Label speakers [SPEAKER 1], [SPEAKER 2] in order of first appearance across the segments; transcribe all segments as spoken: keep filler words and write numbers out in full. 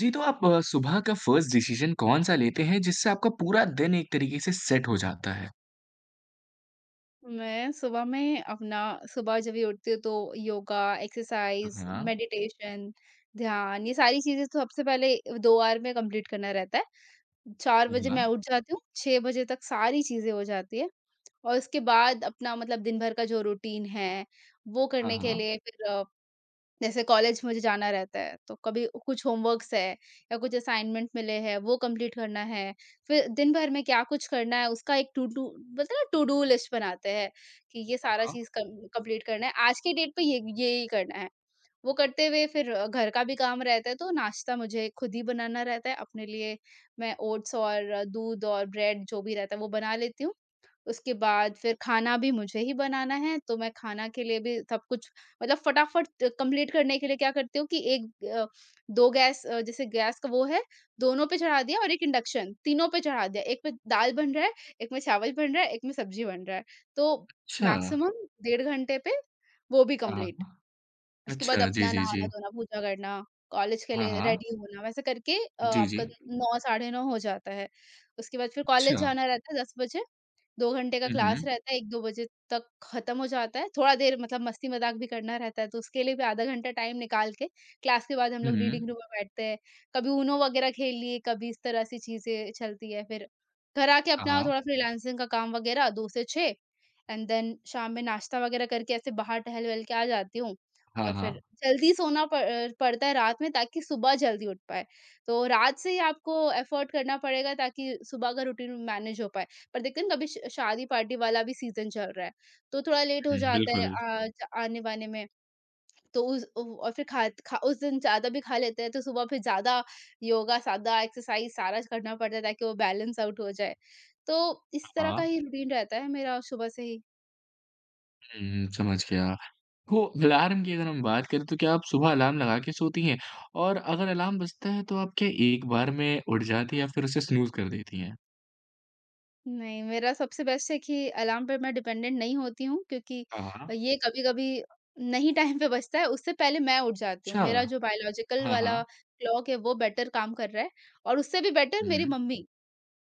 [SPEAKER 1] जी, तो आप अ, सुबह का फर्स्ट डिसीजन कौन-सा लेते हैं जिससे आपका पूरा दिन एक तरीके से सेट हो जाता है?
[SPEAKER 2] मैं सुबह में अपना सुबह जब भी उठती हूँ तो योगा, एक्सरसाइज,
[SPEAKER 1] हाँ, हाँ।
[SPEAKER 2] मेडिटेशन, ध्यान, ये सारी चीजें तो सबसे पहले दो आवर में कंप्लीट करना रहता है। चार बजे मैं उठ जाती हूँ, छह बजे तक सारी चीजें हो जाती है, और उसके बाद अपना मतलब दिन भर का जो रूटीन है, वो
[SPEAKER 1] हाँ,
[SPEAKER 2] करने
[SPEAKER 1] हाँ,
[SPEAKER 2] के
[SPEAKER 1] हाँ,
[SPEAKER 2] लिए, फिर जैसे कॉलेज मुझे जाना रहता है तो कभी कुछ होमवर्क्स है या कुछ असाइनमेंट मिले हैं, वो कंप्लीट करना है। फिर दिन भर में क्या कुछ करना है उसका एक टू टू बोलते हैं ना, टू डू लिस्ट बनाते हैं, कि ये सारा
[SPEAKER 1] हाँ।
[SPEAKER 2] चीज कंप्लीट करना है, आज के डेट पे ये ये ही करना है। वो करते हुए फिर अ, घर का भी काम रहता है, तो नाश्ता मुझे खुद ही बनाना रहता है अपने लिए। मैं ओट्स और अ, दूध और ब्रेड, जो भी रहता है वो बना लेती हूँ। उसके बाद फिर खाना भी मुझे ही बनाना है, तो मैं खाना के लिए भी सब कुछ मतलब फटाफट कंप्लीट करने के लिए क्या करती हूँ कि एक अ, दो गैस, अ, जैसे गैस का वो है, दोनों पे चढ़ा दिया और एक इंडक्शन, तीनों पे चढ़ा दिया। एक पे दाल बन रहा है, एक में चावल बन रहा है, एक में सब्जी बन रहा है। तो
[SPEAKER 1] अच्छा।
[SPEAKER 2] मैक्सिमम डेढ़ घंटे पे वो भी
[SPEAKER 1] हाँ,
[SPEAKER 2] कंप्लीट।
[SPEAKER 1] हाँ।
[SPEAKER 2] उसके बाद
[SPEAKER 1] अच्छा, जी,
[SPEAKER 2] अपना
[SPEAKER 1] जी, जी।
[SPEAKER 2] नहाना-धोना, पूजा करना, कॉलेज के
[SPEAKER 1] हाँ,
[SPEAKER 2] लिए
[SPEAKER 1] हाँ।
[SPEAKER 2] रेडी होना, वैसे करके अ,
[SPEAKER 1] जी, जी।
[SPEAKER 2] आपका नौ साढ़े नौ हो जाता है। उसके बाद फिर कॉलेज
[SPEAKER 1] अच्छा।
[SPEAKER 2] जाना रहता है दस बजे, दो घंटे का
[SPEAKER 1] हुँ,
[SPEAKER 2] क्लास
[SPEAKER 1] हुँ।
[SPEAKER 2] रहता है, एक दो बजे तक खत्म हो जाता है। थोड़ा देर मतलब मस्ती-मज़ाक भी करना रहता है, तो उसके लिए भी आधा घंटा टाइम निकाल के, क्लास के बाद हम लोग
[SPEAKER 1] हुँ।
[SPEAKER 2] रीडिंग रूम में बैठते हैं। कभी ऊनो वगैरह खेल लिए, कभी इस तरह से चीज़ें चलती है। फिर घर आके
[SPEAKER 1] हाँ,
[SPEAKER 2] अपना
[SPEAKER 1] हाँ।
[SPEAKER 2] थोड़ा फ्रीलांसिंग का काम वगैरह दो से छह, एंड देन शाम में नाश्ता वगैरह करके ऐसे बाहर टहल-वहल के आ जाती हूँ।
[SPEAKER 1] हाँ,
[SPEAKER 2] और फिर
[SPEAKER 1] हाँ।
[SPEAKER 2] जल्दी सोना प अ, पड़ता है रात में, ताकि सुबह जल्दी उठ पाएँ। तो रात से ही आपको एफर्ट करना पड़ेगा, ताकि सुबह का रूटीन मैनेज हो पाए। पर देखते हैं ना, कभी श शादी पार्टी वाला भी सीज़न चल रहा है, तो थोड़ा लेट हो
[SPEAKER 1] हुँ,
[SPEAKER 2] जाता है
[SPEAKER 1] बिल्कुल।
[SPEAKER 2] आ ज आने-वाने में। तो उस उ और फिर खा खा उस दिन ज़्यादा भी खा लेते हैं, तो सुबह फिर ज़्यादा योगा, ज़्यादा एक्सरसाइज़ सारा करना पड़ता है, ताकि वो बैलेंस आउट हो जाए। तो इस तरह का
[SPEAKER 1] हाँ।
[SPEAKER 2] ही रूटीन रहता है मेरा सुबह से ही।
[SPEAKER 1] हुँ, समझ गया। तो अलार्म की अगर हम बात करें तो क्या आप सुबह अलार्म लगा के सोती हैं? और अगर अलार्म बजता है तो आप क्या एक बार में उठ जाती हैं या फिर उसे स्नूज़ कर देती हैं?
[SPEAKER 2] नहीं, मेरा सबसे बेस्ट है कि अलार्म पे मैं डिपेंडेंट नहीं होती हूँ, क्योंकि
[SPEAKER 1] हाँ, हाँ।
[SPEAKER 2] ये कभी-कभी नहीं टाइम पे बजता है, उससे पहले मैं उठ जाती हूँ।
[SPEAKER 1] अच्छा।
[SPEAKER 2] मेरा जो बायोलॉजिकल
[SPEAKER 1] हाँ,
[SPEAKER 2] वाला
[SPEAKER 1] हाँ।
[SPEAKER 2] क्लॉक है वो बेटर काम कर रहा है, और उससे भी बेटर मेरी
[SPEAKER 1] हुँ।
[SPEAKER 2] मम्मी,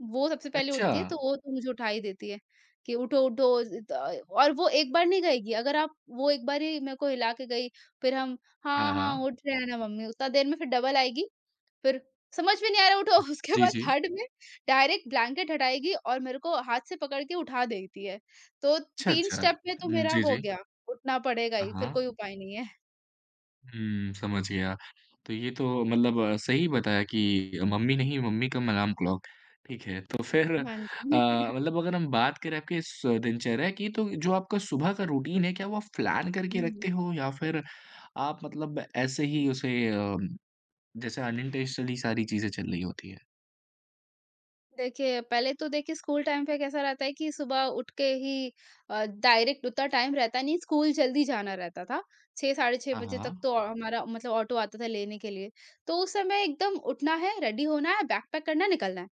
[SPEAKER 2] वो सबसे पहले
[SPEAKER 1] अच्छा!
[SPEAKER 2] उठती है तो वो तो मुझे उठा ही देती है कि उठो, उठो, इत और वो एक बार नहीं कहेगी, अगर आप। वो एक बार ही मेरे को हिला के गई, फिर हम हाँ,
[SPEAKER 1] हाँ,
[SPEAKER 2] हाँ,
[SPEAKER 1] हाँ।
[SPEAKER 2] उठ रहे हैं ना मम्मी, उतना देर में फिर डबल आएगी। फिर समझ में नहीं आ रहा, उठो उसके
[SPEAKER 1] जी,
[SPEAKER 2] बाद
[SPEAKER 1] जी।
[SPEAKER 2] थर्ड में डायरेक्ट ब्लैंकेट हटाएगी और मेरे को हाथ से पकड़ के उठा देती है। तो
[SPEAKER 1] अच्छा,
[SPEAKER 2] तीन
[SPEAKER 1] अच्छा।
[SPEAKER 2] स्टेप में तो
[SPEAKER 1] उम,
[SPEAKER 2] मेरा
[SPEAKER 1] जी,
[SPEAKER 2] हो
[SPEAKER 1] जी।
[SPEAKER 2] गया, उठना पड़ेगा
[SPEAKER 1] हाँ,
[SPEAKER 2] ही, फिर
[SPEAKER 1] हाँ।
[SPEAKER 2] कोई उपाय नहीं है।
[SPEAKER 1] हुँ, समझ गया। तो ये तो मतलब अ, सही बताया कि मम्मी नहीं, मम्मी का अलार्म क्लॉक। ठीक है, तो फिर अ,
[SPEAKER 2] हाँ जी।
[SPEAKER 1] मतलब अगर हम बात करें आपके इस दिनचर्या की, तो जो आपका सुबह का रूटीन है, क्या वो आप प्लान करके
[SPEAKER 2] हुँ।
[SPEAKER 1] रखते हो या फिर आप मतलब ऐसे ही उसे अ, जैसे अनइंटेंशनली सारी चीज़ें चल रही होती हैं?
[SPEAKER 2] देखिए, पहले तो देखिए स्कूल टाइम पे कैसा रहता है कि सुबह उठ के ही अ, डायरेक्ट उतना टाइम रहता नहीं, स्कूल जल्दी जाना रहता था। छह साढ़े छह
[SPEAKER 1] हाँ,
[SPEAKER 2] बजे तक
[SPEAKER 1] हाँ।
[SPEAKER 2] तो औ- हमारा मतलब ऑटो आता था लेने के लिए। तो उस समय एकदम उठना है, रेडी होना है, बैग पैक करना है, निकलना है।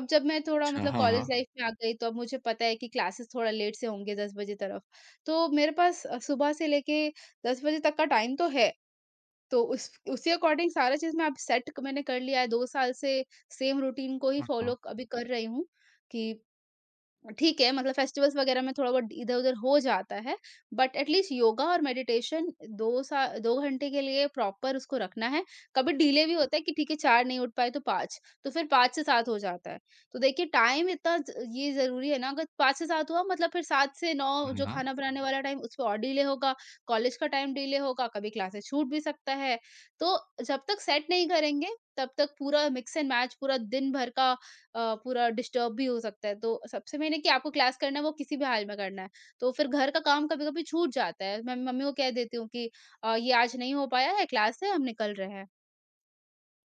[SPEAKER 2] अब जब मैं थोड़ा
[SPEAKER 1] अच्छा,
[SPEAKER 2] मतलब
[SPEAKER 1] हाँ,
[SPEAKER 2] कॉलेज
[SPEAKER 1] हाँ।
[SPEAKER 2] लाइफ में आ गई, तो अब मुझे पता है कि क्लासेस थोड़ा लेट से होंगे, दस बजे तरफ। तो मेरे पास अ, सुबह से लेके दस बजे तक का टाइम तो है। तो उस उसी अकॉर्डिंग सारा चीज़ मैं अब सेट मैंने कर लिया है। दो साल से सेम रूटीन को ही
[SPEAKER 1] हाँ, हाँ।
[SPEAKER 2] फॉलो अभी कर रही हूँ, कि ठीक है, मतलब फेस्टिवल्स वगैरह में थोड़ा बहुत इधर-उधर हो जाता है, बट एट लीस्ट योगा और मेडिटेशन दो सा दो घंटे के लिए प्रॉपर उसको रखना है। कभी डिले भी होता है कि ठीक है, चार नहीं उठ पाए तो पाँच, तो फिर पाँच से सात हो जाता है। तो देखिए, टाइम इतना ज ये ज़रूरी है ना, अगर पाँच से सात हुआ मतलब फिर सात से नौ
[SPEAKER 1] हाँ,
[SPEAKER 2] जो
[SPEAKER 1] हाँ।
[SPEAKER 2] खाना बनाने वाला टाइम उस पे और डिले होगा, कॉलेज का टाइम डिले होगा, कभी क्लासेस छूट भी सकता है। तो जब तक सेट नहीं करेंगे, तब तक पूरा मिक्स एंड मैच, पूरा दिन भर का अ, पूरा डिस्टर्ब भी हो सकता है। तो सबसे मेन है कि आपको क्लास करना है, वो किसी भी हाल में करना है। तो फिर घर का काम कभी-कभी छूट जाता है। मैं मम्मी को कह देती हूँ कि अ, ये आज नहीं हो पाया है, क्लास है, हम निकल रहे हैं।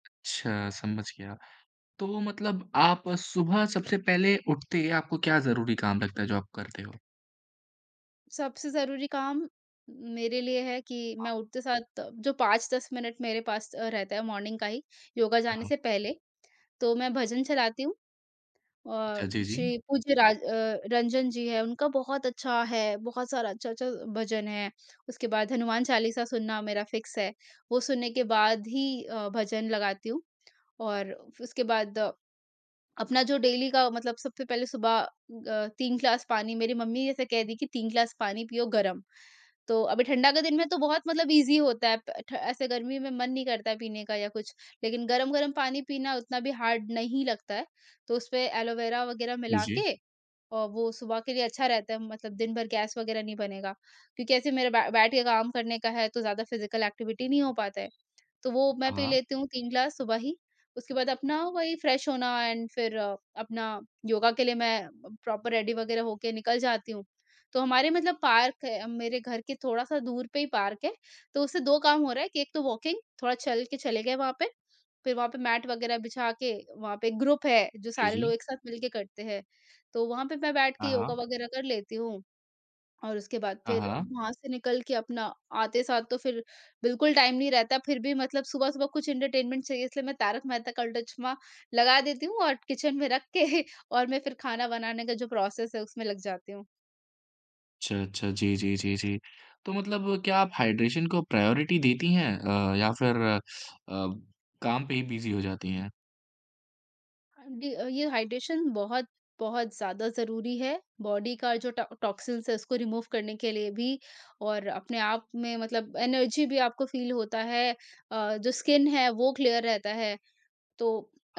[SPEAKER 1] अच्छा, समझ गया। तो मतलब आप सुबह सबसे पहले उठते आपको क्या ज़रूरी काम लगता है जो आप करते हो?
[SPEAKER 2] सबसे ज़रूरी काम मेरे लिए है कि मैं उठते साथ जो पाँच से दस मिनट मेरे पास अ, रहता है मॉर्निंग का ही, योगा जाने
[SPEAKER 1] हाँ,
[SPEAKER 2] से पहले, तो मैं भजन चलाती हूँ। अ,
[SPEAKER 1] अच्छा जी, जी।
[SPEAKER 2] श्री पूज्य राज अ, रंजन जी हैं, उनका बहुत अच्छा है, बहुत सारा अच्छा-अच्छा भजन है। उसके बाद हनुमान चालीसा सुनना मेरा फिक्स है। वो सुनने के बाद ही अ, भजन लगाती हूँ। और उसके बाद अ, अपना जो डेली का मतलब सबसे पहले सुबह अ, तीन ग्लास पानी, मेरी मम्मी ऐसे कह दी कि तीन ग्लास पानी पियो गरम। तो अभी ठंडा का दिन में तो बहुत मतलब ईज़ी होता है, प ठ ऐसे गर्मी में मन नहीं करता है पीने का या कुछ, लेकिन गरम-गरम पानी पीना उतना भी हार्ड नहीं लगता है, तो उसपे एलोवेरा वगैरह
[SPEAKER 1] जी,
[SPEAKER 2] मिला
[SPEAKER 1] जी।
[SPEAKER 2] के, और वो सुबह के लिए अच्छा रहता है, मतलब दिन भर गैस वगैरह नहीं बनेगा। क्योंकि ऐसे मेरा बै बैठ के काम करने का है, तो ज़्यादा फिज़िकल एक्टिविटी नहीं हो पाता है। तो वो मैं पी
[SPEAKER 1] हाँ,
[SPEAKER 2] लेती हूँ तीन ग्लास सुबह ही। उसके बाद अपना वही फ्रेश होना, एंड फिर अ, अपना योगा के लिए मैं प्रॉपर रेडी वगैरह होके निकल जाती हूँ। तो हमारे मतलब पार्क है, अ, मेरे घर के थोड़ा-सा दूर पे ही पार्क है, तो उससे दो काम हो रहा है कि एक तो वॉकिंग, थोड़ा चल के चले गए वहाँ पे, फिर वहाँ पे मैट वगैरह बिछा के, वहाँ पे ग्रुप है, जो
[SPEAKER 1] जी,
[SPEAKER 2] सारे लोग
[SPEAKER 1] जी।
[SPEAKER 2] एक साथ मिल के करते हैं। तो वहाँ पे मैं बैठ के
[SPEAKER 1] हाँ, हाँ।
[SPEAKER 2] योगा वगैरह कर लेती हूँ। और उसके बाद
[SPEAKER 1] हाँ,
[SPEAKER 2] फिर
[SPEAKER 1] हाँ।
[SPEAKER 2] वहाँ से निकल के अपना आते साथ तो फिर बिल्कुल टाइम नहीं रहता, फिर भी मतलब सुबह-सुबह कुछ एंटरटेनमेंट चाहिए, इसलिए मैं तारक मेहता का उल्टा चश्मा लगा देती हूँ और किचन में रख के और मैं फिर खाना बनाने का जो प्रोसेस है उसमें लग जाती हूँ।
[SPEAKER 1] अच्छा, अच्छा। जी, जी, जी, जी। तो मतलब क्या आप हाइड्रेशन को प्रायोरिटी देती हैं अ, या फिर अ, काम पे ही बिज़ी हो जाती हैं?
[SPEAKER 2] डी अ, ये हाइड्रेशन बहुत बहुत ज़्यादा ज़रूरी है, बॉडी का जो टॉ टॉक्सिन्स है उसको रिमूव करने के लिए भी, और अपने आप में मतलब एनर्जी भी आपको फ़ील होता है, अ, जो स्किन है वो क्लियर रहता है। तो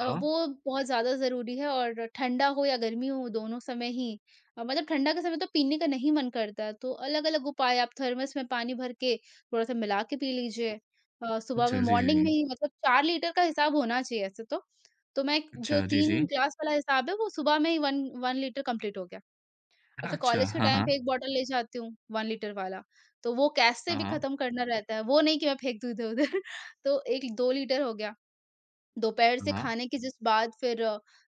[SPEAKER 2] अ, वो बहुत ज़्यादा ज़रूरी है, और ठंडा हो या गर्मी हो दोनों समय ही, अ, मतलब ठंडा के समय तो पीने का नहीं मन करता, तो अलग-अलग उपाय, आप थर्मस में पानी भर के थोड़ा-सा मिला के पी लीजिए। अ, सुबह
[SPEAKER 1] अच्छा,
[SPEAKER 2] में,
[SPEAKER 1] जी, जी,
[SPEAKER 2] मॉर्निंग में
[SPEAKER 1] जी।
[SPEAKER 2] ही मतलब चार लीटर का हिसाब होना चाहिए ऐसे तो। तो मैं जो
[SPEAKER 1] अच्छा, जी, जी।
[SPEAKER 2] तीन ग्लास वाला हिसाब है वो सुबह में ही एक एक लीटर कंप्लीट हो गया। और फिर
[SPEAKER 1] अच्छा,
[SPEAKER 2] कॉलेज के
[SPEAKER 1] हाँ,
[SPEAKER 2] टाइम
[SPEAKER 1] हाँ।
[SPEAKER 2] पे एक बॉटल ले जाती हूँ, एक लीटर वाला। तो वो कैसे भी
[SPEAKER 1] हाँ,
[SPEAKER 2] खत्म करना रहता है, वो नहीं कि मैं फेंक दूँ इधर-उधर तो एक दो लीटर हो गया। दोपहर से
[SPEAKER 1] हाँ।
[SPEAKER 2] खाने के जस्ट बाद फिर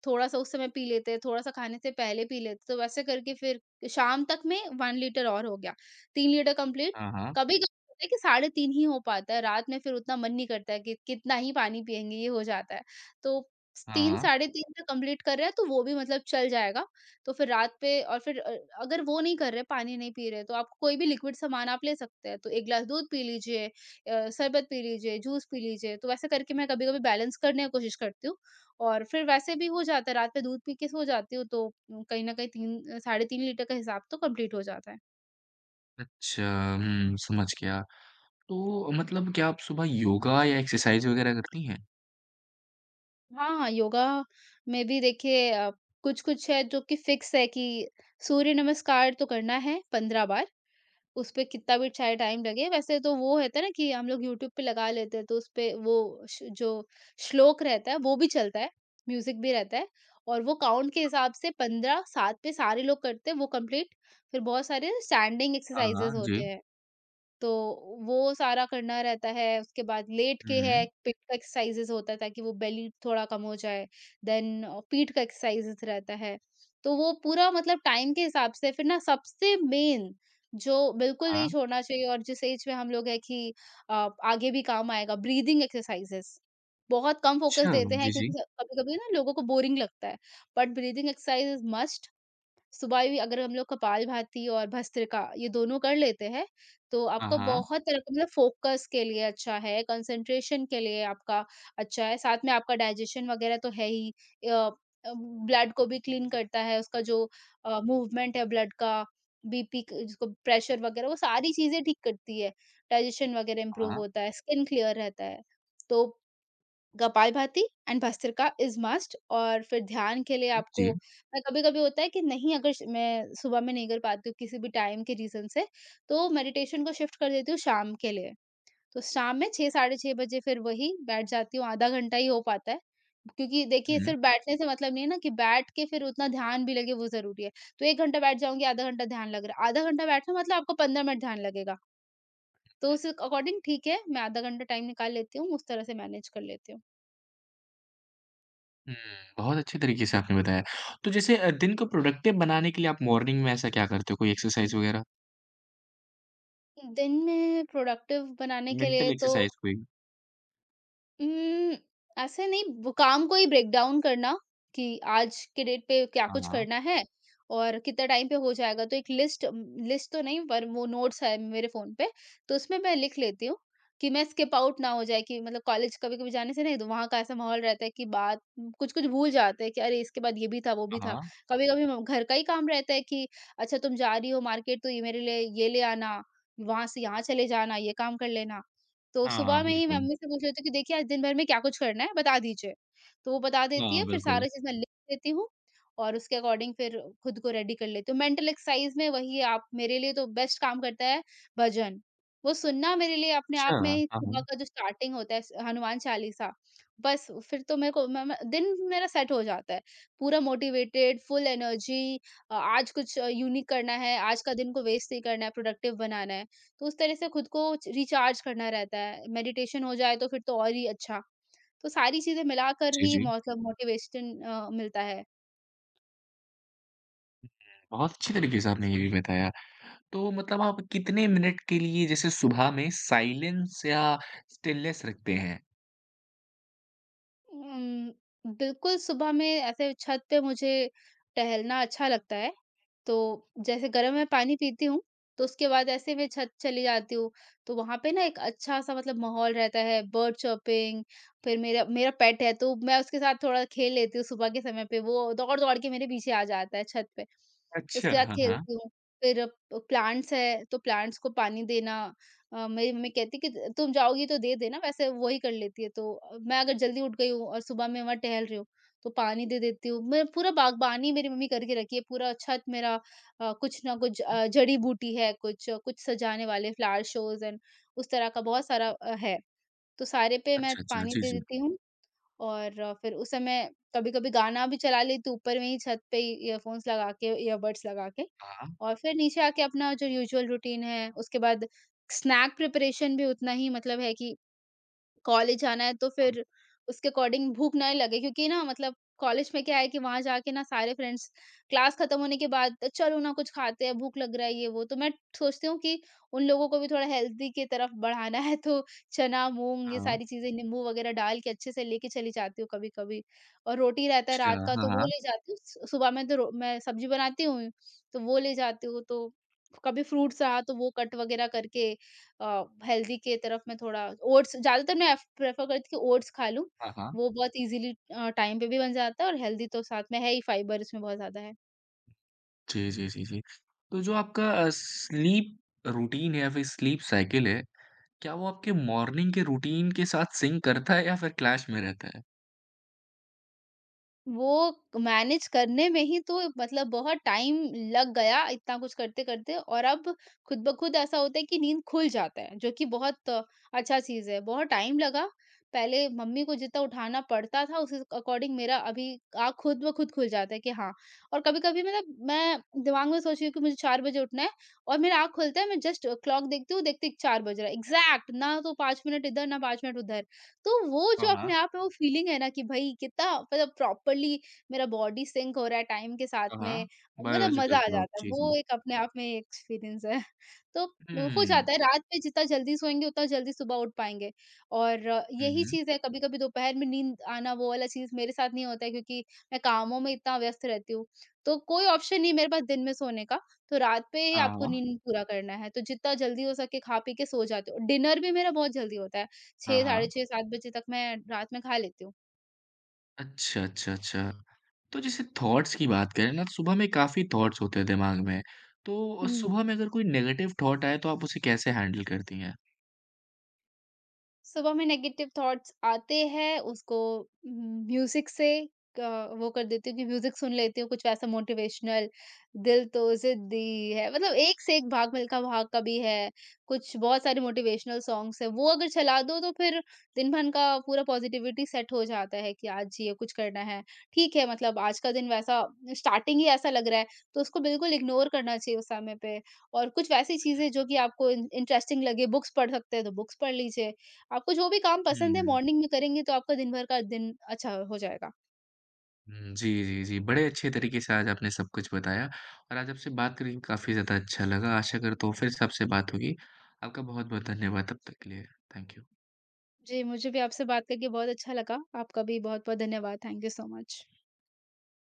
[SPEAKER 2] थोड़ा-सा उस समय पी लेते हैं, थोड़ा-सा खाने से पहले पी लेते, तो वैसे करके फिर शाम तक में एक लीटर और हो गया, तीन लीटर कंप्लीट।
[SPEAKER 1] हाँ, हाँ। हाँ, हाँ।
[SPEAKER 2] कभी-कभी होता है कि साढ़े तीन ही हो पाता है, रात में फिर उतना मन नहीं करता है कि कितना ही पानी पिएँगे, ये हो जाता है। तो
[SPEAKER 1] हाँ,
[SPEAKER 2] तीन
[SPEAKER 1] हाँ।
[SPEAKER 2] साढ़े तीन तक कंप्लीट कर रहे हैं तो वो भी मतलब चल जाएगा। तो फिर रात पे और फिर अ, अगर वो नहीं कर रहे, पानी नहीं पी रहे, तो आप कोई भी लिक्विड सामान आप ले सकते हैं। तो एक ग्लास दूध पी लीजिए, अ, शरबत पी लीजिए, जूस पी लीजिए, तो वैसे करके मैं कभी-कभी बैलेंस करने की कोशिश करती हूँ। और फिर वैसे भी हो जाता है, रात में दूध पी के सो जाती हूँ, तो कहीं न कहीं तीन साढ़े तीन लीटर का हिसाब तो कंप्लीट हो जाता है।
[SPEAKER 1] अच्छा, हुँ, समझ गया। तो मतलब क्या आप सुबह योगा या एक्सरसाइज़ वग़ैरह करती हैं?
[SPEAKER 2] हाँ, हाँ, योगा में भी देखिए अ, कुछ-कुछ है जो कि फिक्स है, कि सूर्य नमस्कार तो करना है पंद्रह बार। उसपे कितना भी चाहे टाइम लगे, वैसे तो वो रहता है ना कि हम लोग यूट्यूब पे लगा लेते हैं, तो उसपे वो श जो श्लोक रहता है, वो भी चलता है, म्यूज़िक भी रहता है और वो काउंट के हिसाब से पंद्रह साथ पे सारे लोग करते हैं, वो कंप्लीट। फिर बहुत सारे स्टैंडिंग
[SPEAKER 1] हाँ, हाँ,
[SPEAKER 2] एक्सरसाइज़ेज़ होते
[SPEAKER 1] जी।
[SPEAKER 2] हैं। तो वो सारा करना रहता है, उसके बाद लेट
[SPEAKER 1] हुँ,
[SPEAKER 2] के है,
[SPEAKER 1] हुँ।
[SPEAKER 2] पेट का एक्सरसाइज़ेज़ होता है ताकि वो बेली थोड़ा कम हो जाए, देन पीठ का एक्सरसाइज़ेज़ रहता है। तो वो पूरा मतलब टाइम के हिसाब से फिर ना सबसे मेन जो बिल्कुल नहीं
[SPEAKER 1] हाँ।
[SPEAKER 2] छोड़ना चाहिए और जिस एज में हम लोग हैं कि अ, आगे भी काम आएगा, ब्रीदिंग एक्सरसाइज़ेज़। बहुत कम फ़ोकस
[SPEAKER 1] अच्छा,
[SPEAKER 2] देते हैं
[SPEAKER 1] जी, जी।
[SPEAKER 2] क्योंकि स कभी-कभी ना लोगों को बोरिंग लगता है, but breathing exercise is must. सुबह भी अगर हम लोग कपालभाति और भस्त्रिका ये दोनों कर लेते हैं तो
[SPEAKER 1] हाँ,
[SPEAKER 2] आपका
[SPEAKER 1] हाँ,
[SPEAKER 2] बहुत तरह का मतलब फोकस के लिए अच्छा है, कंसंट्रेशन के लिए आपका अच्छा है, साथ में आपका डाइजेशन वगैरह तो है ही। अ, ब्लड को भी क्लीन करता है, उसका जो अ, मूवमेंट है ब्लड का, बीपी क जिसको प्रेशर वगैरह वो सारी चीज़ें ठीक करती है, डाइजेशन वगैरह इम्प्रूव
[SPEAKER 1] हाँ।
[SPEAKER 2] होता है, स्किन क्लियर रहता है। तो kapalbhati and bhastrika is must और फिर ध्यान के लिए
[SPEAKER 1] हुँ, जी।
[SPEAKER 2] आपको अ, कभी-कभी होता है कि नहीं अगर श मैं सुबह में नहीं कर पाती हूँ किसी भी टाइम के रीज़न से, तो मेडिटेशन को शिफ्ट कर देती हूँ शाम के लिए। तो शाम में छह साढ़े छह बजे फिर वही बैठ जाती हूँ, आधा घंटा ही हो पाता है। क्योंकि देखिए
[SPEAKER 1] हुँ,
[SPEAKER 2] सिर्फ़ बैठने से मतलब नहीं है ना कि बैठ के फिर उतना ध्यान भी लगे वो ज़रूरी है। तो एक घंटा बैठ जाऊँगी, आधा घंटा ध्यान लग रहा है। आधा घंटा बैठना मतलब आपको पंद्रह मिनट ध्यान लगेगा। तो उस अकॉर्डिंग ठीक है, मैं आधा घंटा टाइम निकाल लेती हूँ, उस तरह से मैनेज कर लेती हूँ।
[SPEAKER 1] हुँ। बहुत अच्छे तरीके से आपने बताया। तो जैसे अ, दिन को प्रोडक्टिव बनाने के लिए आप मॉर्निंग में ऐसा क्या करते हो? कोई एक्सरसाइज़ वगैरह?
[SPEAKER 2] दिन में प्रोडक्टिव बनाने के
[SPEAKER 1] मेंटल
[SPEAKER 2] लिए तो
[SPEAKER 1] एक्सरसाइज़ कोई?
[SPEAKER 2] उम, ऐसे नहीं वो काम को ही ब्रेक डाउन करना कि आज के डेट पे क्या
[SPEAKER 1] हाँ,
[SPEAKER 2] कुछ
[SPEAKER 1] हाँ।
[SPEAKER 2] करना है और कितना टाइम पे हो जाएगा। तो एक लिस्ट लिस्ट तो नहीं पर वो नोट्स है मेरे फ़ोन पे, तो उसमें मैं लिख लेती हूँ कि मैं स्किप आउट ना हो जाए कि मतलब कॉलेज कभी-कभी जाने से नहीं तो वहाँ का ऐसा माहौल रहता है कि बात कुछ-कुछ भूल जाते हैं कि अरे! इसके बाद ये भी था, वो भी
[SPEAKER 1] हाँ,
[SPEAKER 2] था।
[SPEAKER 1] हाँ।
[SPEAKER 2] कभी-कभी म घर का ही काम रहता है कि अच्छा तुम जा रही हो मार्केट तो ये मेरे लिए ये ले आना, वहाँ से यहाँ चले जाना, ये काम कर लेना। तो
[SPEAKER 1] हाँ,
[SPEAKER 2] सुबह में ही
[SPEAKER 1] बिल्कुल।
[SPEAKER 2] मम्मी से पूछ लेती हूँ कि देखिए आज दिन भर में क्या कुछ करना है बता दीजिए। तो वो बता देती
[SPEAKER 1] हाँ,
[SPEAKER 2] है फिर
[SPEAKER 1] बिल्कुल।
[SPEAKER 2] सारी चीज़ मैं लिख लेती हूँ और उसके अकॉर्डिंग फिर खुद को रेडी कर लेती हूँ। मेंटल एक्सरसाइज में वही आप मेरे लिए तो बेस्ट काम करता है भजन। वो सुनना मेरे लिए अपने
[SPEAKER 1] अच्छा,
[SPEAKER 2] आप में
[SPEAKER 1] हाँ,
[SPEAKER 2] ही सुबह
[SPEAKER 1] हाँ।
[SPEAKER 2] का जो स्टार्टिंग होता है हनुमान चालीसा। बस फिर तो मेरे को मैं मैं दिन मेरा सेट हो जाता है। पूरा मोटिवेटेड, फुल एनर्जी, अ, आज कुछ यूनिक करना है, आज का दिन को वेस्ट नहीं करना है, प्रोडक्टिव बनाना है। तो उस तरह से खुद को रिचार्ज करना रहता है। मेडिटेशन हो जाए तो फिर तो और ही अच्छा। तो सारी चीज़ें मिलाकर
[SPEAKER 1] जी,
[SPEAKER 2] ही
[SPEAKER 1] जी।
[SPEAKER 2] मतलब मोटिवेशन अ, मिलता है।
[SPEAKER 1] बहुत अच्छे तरीके से आपने ये भी बताया। तो मतलब आप कितने मिनट के लिए जैसे सुबह में साइलेंस या स्टिलनेस रखते हैं?
[SPEAKER 2] उम, बिल्कुल सुबह में ऐसे छत पे मुझे टहलना अच्छा लगता है। तो जैसे गर्म मैं पानी पीती हूँ, तो उसके बाद ऐसे मैं छत चली जाती हूँ। तो वहाँ पे ना एक अच्छा-सा मतलब माहौल रहता है, बर्ड चॉपिंग, फिर मेरा मेरा पेट है तो मैं उसके साथ थोड़ा खेल लेती हूँ सुबह के समय पे। वो दौड़-दौड़ के मेरे पीछे आ जाता है छत पे।
[SPEAKER 1] अच्छा,
[SPEAKER 2] उसके साथ
[SPEAKER 1] हाँ, हाँ।
[SPEAKER 2] खेलती हूँ। फिर प प्लांट्स है, तो प्लांट्स को पानी देना। अ, मेरी मम्मी कहती कि त तुम जाओगी तो दे देना, वैसे वही कर लेती है तो अ, मैं अगर जल्दी उठ गई हूँ और सुबह मैं वहाँ टहल रही हूँ, तो पानी दे देती हूँ। मैं पूरा बागबानी मेरी मम्मी करके रखी है, पूरा छत मेरा, अ, कुछ ना कुछ अ, जड़ी-बूटी है, कुछ कुछ सजाने वाले फ्लावर शोज़ एंड उस तरह का बहुत सारा अ, है। तो सारे पे मैं
[SPEAKER 1] अच्छा, अच्छा।
[SPEAKER 2] पानी
[SPEAKER 1] जी,
[SPEAKER 2] दे
[SPEAKER 1] जी।
[SPEAKER 2] देती हूँ और अ, फिर उस समय कभी-कभी गाना भी चला लेती हूँ, ऊपर में ही छत पे ही ईयरफ़ोन्स लगा के, ईयरबड्स लगा के।
[SPEAKER 1] हाँ,
[SPEAKER 2] और फिर नीचे आके अपना जो यूजुअल रूटीन है, उसके बाद स्नैक प्रिपरेशन भी उतना ही मतलब है कि कॉलेज जाना है तो
[SPEAKER 1] हाँ।
[SPEAKER 2] फिर उसके अकॉर्डिंग भूख ना लगे, क्योंकि ना मतलब कॉलेज में क्या है कि वहां जाके ना सारे फ्रेंड्स क्लास खत्म होने के बाद चलो ना कुछ खाते हैं भूख लग रहा है ये वो, तो मैं सोचती हूँ कि उन लोगों को भी थोड़ा हेल्दी की तरफ बढ़ाना है तो चना मूंग ये
[SPEAKER 1] हाँ।
[SPEAKER 2] सारी चीजें नींबू वगैरह डाल के अच्छे से लेके चली जाती हूँ कभी कभी। और रोटी रहता है
[SPEAKER 1] अच्छा,
[SPEAKER 2] रात का
[SPEAKER 1] हाँ,
[SPEAKER 2] तो वो
[SPEAKER 1] हाँ।
[SPEAKER 2] ले जाती हूँ। सु- सुबह में तो रो- मैं सब्जी बनाती हूँ तो वो ले जाती हूँ। तो कभी फ्रूट्स रहा तो वो कट वगैरह करके अ, हेल्दी के तरफ मैं थोड़ा। ओट्स ज़्यादातर मैं एफ प्रेफ़र करती हूँ कि ओट्स खा लूँ,
[SPEAKER 1] हाँ, हाँ।
[SPEAKER 2] वो बहुत ईज़िली अ, टाइम पे भी बन जाता है और हेल्दी तो साथ में है ही, फाइबर उसमें बहुत ज़्यादा है।
[SPEAKER 1] जी, जी, जी, जी। तो जो आपका अ, स्लीप रूटीन है या फिर स्लीप साइकिल है, क्या वो आपके मॉर्निंग के रूटीन के साथ सिंक करता है या फिर क्लैश में रहता है?
[SPEAKER 2] वो मैनेज करने में ही तो मतलब बहुत टाइम लग गया इतना कुछ करते-करते और अब खुद ब खुद ऐसा होता है कि नींद खुल जाता है, जो कि बहुत अच्छा चीज़ है। बहुत टाइम लगा, पहले मम्मी को जितना उठाना पड़ता था उसी अकॉर्डिंग मेरा अभी आँख खुद ब खुद खुल जाता है कि हाँ। और कभी-कभी मतलब मैं दिमाग में सोच रही हूँ कि मुझे चार बजे उठना है और मेरा आँख खुलता है, मैं जस्ट क्लॉक देखती हूँ, देखती चार बज रहा है। एग्ज़ैक्ट, ना तो पाँच मिनट इधर ना पाँच मिनट उधर। तो वो
[SPEAKER 1] हाँ,
[SPEAKER 2] जो
[SPEAKER 1] हाँ।
[SPEAKER 2] अपने आप में वो फीलिंग है ना कि भाई कितना मतलब प्रॉपर्ली मेरा बॉडी सिंक हो रहा है टाइम के साथ
[SPEAKER 1] हाँ, हाँ।
[SPEAKER 2] में, मतलब मज़ा
[SPEAKER 1] बायोलॉजिकल
[SPEAKER 2] आ
[SPEAKER 1] क्लॉक।
[SPEAKER 2] जाता है।
[SPEAKER 1] जी, जी।
[SPEAKER 2] वो एक अपने आप में एक्सपीरियंस है। तो वो हो
[SPEAKER 1] हुँ।
[SPEAKER 2] जाता है, रात में जितना जल्दी सोएँगे उतना जल्दी सुबह उठ पाएँगे। और अ,
[SPEAKER 1] हुँ,
[SPEAKER 2] यही
[SPEAKER 1] हुँ।
[SPEAKER 2] चीज़ है कभी-कभी दोपहर में नींद आना, वो वाला चीज़ मेरे साथ नहीं होता है क्योंकि मैं कामों में इतना व्यस्त रहती हूँ। तो कोई ऑप्शन नहीं है मेरे पास दिन में सोने का, तो रात पे ही
[SPEAKER 1] हाँ,
[SPEAKER 2] आपको
[SPEAKER 1] हाँ।
[SPEAKER 2] नींद पूरा करना है। तो जितना जल्दी हो सके खा पी के सो जाती हूँ। डिनर भी मेरा बहुत जल्दी होता है।
[SPEAKER 1] हाँ,
[SPEAKER 2] छह साढ़े
[SPEAKER 1] हाँ।
[SPEAKER 2] छह सात बजे तक मैं रात में खा लेती हूँ।
[SPEAKER 1] अच्छा, अच्छा, अच्छा। तो जैसे थॉट्स की बात करें ना, तो सुबह में काफ़ी थॉट्स होते हैं दिमाग में। तो
[SPEAKER 2] हुँ, तो
[SPEAKER 1] सुबह में अगर कोई नेगेटिव थॉट आए, तो आप उसे कैसे हैंडल करती हैं?
[SPEAKER 2] सुबह में नेगेटिव थॉट्स आते हैं उसको म्यूजिक से अ, वो कर देती हूँ कि म्यूजिक सुन लेती हूँ कुछ वैसा मोटिवेशनल। दिल तो जिद्दी है, मतलब एक से एक, भाग मिल्खा भाग का भी है, कुछ बहुत सारे मोटिवेशनल सॉन्ग्स है, वो अगर चला दो तो फिर दिन भर का पूरा पॉजिटिविटी सेट हो जाता है कि आज ये कुछ करना है। ठीक है मतलब आज का दिन वैसा स्टार्टिंग ही ऐसा लग रहा है तो उसको बिल्कुल इग्नोर करना चाहिए उस समय पे। और कुछ वैसी चीजें जो कि आपको इंटरेस्टिंग लगे, बुक्स पढ़ सकते हैं तो बुक्स पढ़ लीजिए। आपको जो भी काम पसंद है
[SPEAKER 1] हुँ।
[SPEAKER 2] मॉर्निंग में करेंगे तो आपका दिन भर का दिन अच्छा हो जाएगा।
[SPEAKER 1] हुँ, जी, जी, जी। बड़े अच्छे तरीके से आज आपने सब कुछ बताया और आज आपसे बात करके काफ़ी ज़्यादा अच्छा लगा। आशा करता हूँ फिर से आपसे बात होगी। आपका बहुत-बहुत धन्यवाद तब तक के लिए। Thank you.
[SPEAKER 2] जी, मुझे भी आपसे बात करके बहुत अच्छा लगा। आपका भी बहुत-बहुत धन्यवाद। Thank you so much.